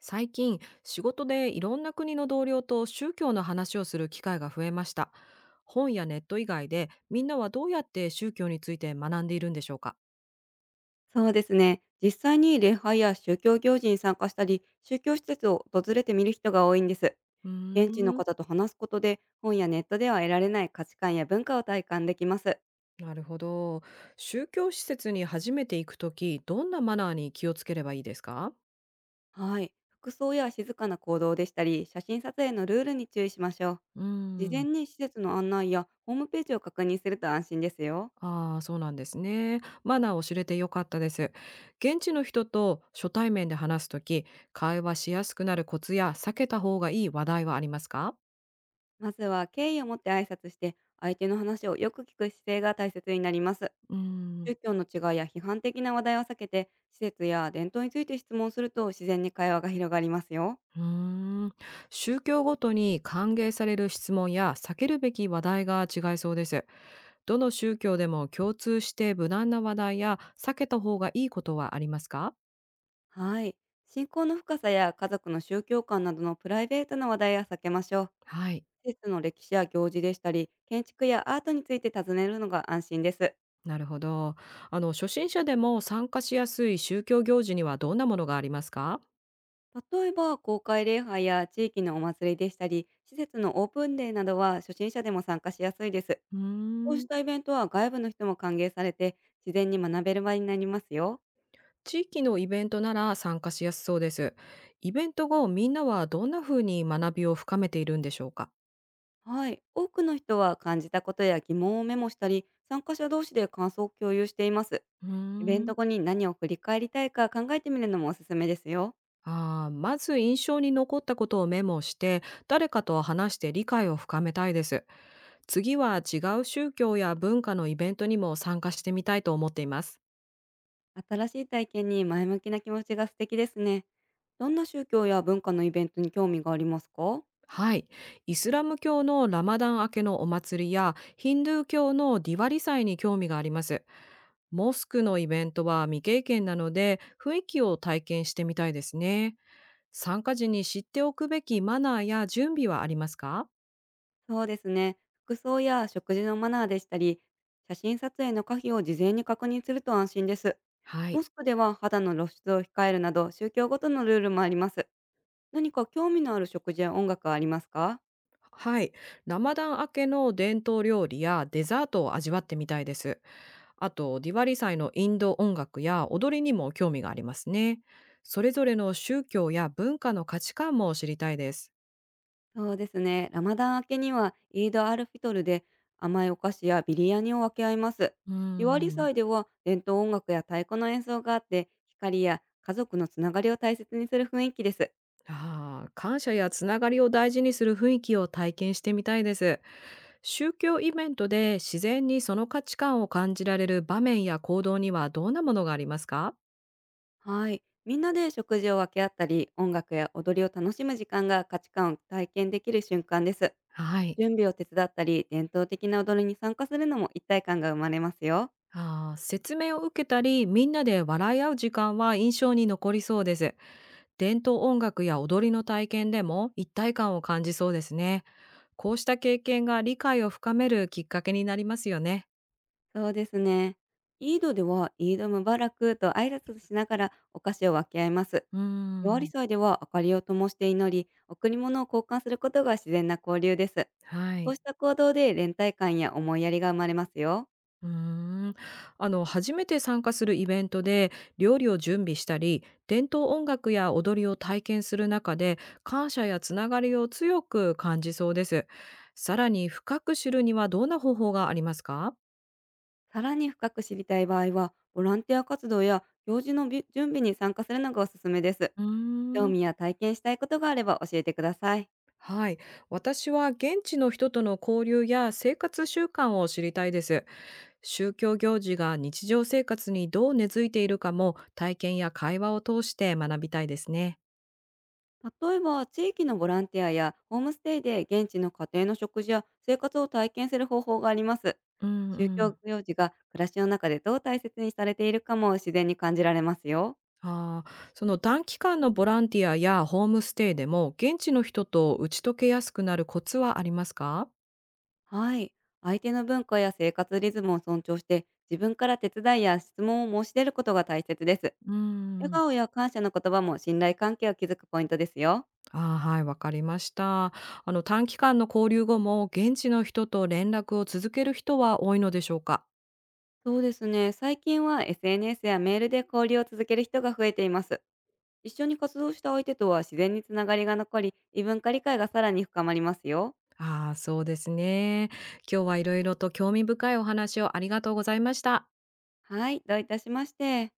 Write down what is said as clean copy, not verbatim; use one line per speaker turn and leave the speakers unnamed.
最近仕事でいろんな国の同僚と宗教の話をする機会が増えました。本やネット以外でみんなはどうやって宗教について学んでいるんでしょうか？
そうですね。実際に礼拝や宗教行事に参加したり、宗教施設を訪れてみる人が多いんです。
うー
現地の
ん。
方と話すことで、本やネットでは得られない価値観や文化を体感できます。
なるほど。宗教施設に初めて行くときどんなマナーに気をつければいいですか？
はい。服装や静かな行動でしたり、写真撮影のルールに注意しましょう。
うー
事前
ん。
に施設の案内やホームページを確認すると安心ですよ。
ああー、そうなんですね。マナーを知れてよかったです。現地の人と初対面で話すとき会話しやすくなるコツや避けた方がいい話題はありますか？
まずは敬意を持って挨拶して、相手の話をよく聞く姿勢が大切になります。
うーん。
宗教の違いや批判的な話題は避けて、施設や伝統について質問すると自然に会話が広がりますよ。
うーん。宗教ごとに歓迎される質問や避けるべき話題が違いそうです。どの宗教でも共通して無難な話題や避けた方がいいことはありますか？
はい。信仰の深さや家族の宗教観などのプライベートな話題は避けましょう。
はい、
施設の歴史や行事でしたり、建築やアートについて尋ねるのが安心です。
なるほど。初心者でも参加しやすい宗教行事にはどんなものがありますか？
例えば、公開礼拝や地域のお祭りでしたり、施設のオープンデーなどは初心者でも参加しやすいです。
うー
こう
ん。
したイベントは外部の人も歓迎されて、自然に学べる場になりますよ。
地域のイベントなら参加しやすそうです。イベント後、みんなはどんな風に学びを深めているんでしょうか？
はい、多くの人は感じたことや疑問をメモしたり、参加者同士で感想を共有しています。
うー
イベント
ん。
後に何を振り返りたいか考えてみるのもおすすめですよ。
ああ、まず印象に残ったことをメモして、誰かと話して理解を深めたいです。次は違う宗教や文化のイベントにも参加してみたいと思っています。
新しい体験に前向きな気持ちが素敵ですね。どんな宗教や文化のイベントに興味がありますか？
はい。イスラム教のラマダン明けのお祭りや、ヒンドゥー教のディワリ祭に興味があります。モスクのイベントは未経験なので、雰囲気を体験してみたいですね。参加時に知っておくべきマナーや準備はありますか？
そうですね。服装や食事のマナーでしたり、写真撮影の可否を事前に確認すると安心です。
は
モ
い。
スクでは肌の露出を控えるなど、宗教ごとのルールもあります。何か興味のある食事や音楽はありますか？
はい。ラマダン明けの伝統料理やデザートを味わってみたいです。あと、ディワリ祭のインド音楽や踊りにも興味がありますね。それぞれの宗教や文化の価値観も知りたいです。
そうですね。ラマダン明けにはイードアルフィトルで甘いお菓子やビリヤニを分け合います。
うー
ディワリ
ん。
祭では伝統音楽や太鼓の演奏があって、光や家族のつながりを大切にする雰囲気です。
ああ、感謝やつながりを大事にする雰囲気を体験してみたいです。宗教イベントで自然にその価値観を感じられる場面や行動にはどんなものがありますか？
はい。みんなで食事を分け合ったり、音楽や踊りを楽しむ時間が価値観を体験できる瞬間です。
はい。
準備を手伝ったり、伝統的な踊りに参加するのも一体感が生まれますよ。
ああ、説明を受けたり、みんなで笑い合う時間は印象に残りそうです。伝統音楽や踊りの体験でも一体感を感じそうですね。こうした経験が理解を深めるきっかけになりますよね。
そうですね。イードではイードムバラクと挨拶しながらお菓子を分け合います。
うー
夜割
ん、
り祭では明かりを灯して祈り、贈り物を交換することが自然な交流です。
は
こ
い。
うした行動で連帯感や思いやりが生まれますよ。
うーん。初めて参加するイベントで料理を準備したり伝統音楽や踊りを体験する中で感謝やつながりを強く感じそうです。さらに深く知るにはどんな方法がありますか？
さらに深く知りたい場合は、ボランティア活動や行事のび準備に参加するのがおすすめです。
うー
興
ん。
味や体験したいことがあれば教えてください。
はい。私は現地の人との交流や生活習慣を知りたいです。宗教行事が日常生活にどう根付いているかも体験や会話を通して学びたいですね。
例えば、地域のボランティアやホームステイで現地の家庭の食事や生活を体験する方法があります。
うんう
宗教
ん。
行事が暮らしの中でどう大切にされているかも、自然に感じられますよ。
ああ、その短期間のボランティアやホームステイでも現地の人と打ち解けやすくなるコツはありますか？
はい。相手の文化や生活リズムを尊重して、自分から手伝いや質問を申し出ることが大切です。
うー
笑
ん。
顔や感謝の言葉も信頼関係を築くポイントですよ。
ああ、はい、わかりました。短期間の交流後も現地の人と連絡を続ける人は多いのでしょうか？
そうですね。最近は SNS やメールで交流を続ける人が増えています。一緒に活動した相手とは自然につながりが残り、異文化理解がさらに深まりますよ。
ああ、そうですね。今日はいろいろと興味深いお話をありがとうございました。
はい、どういたしまして。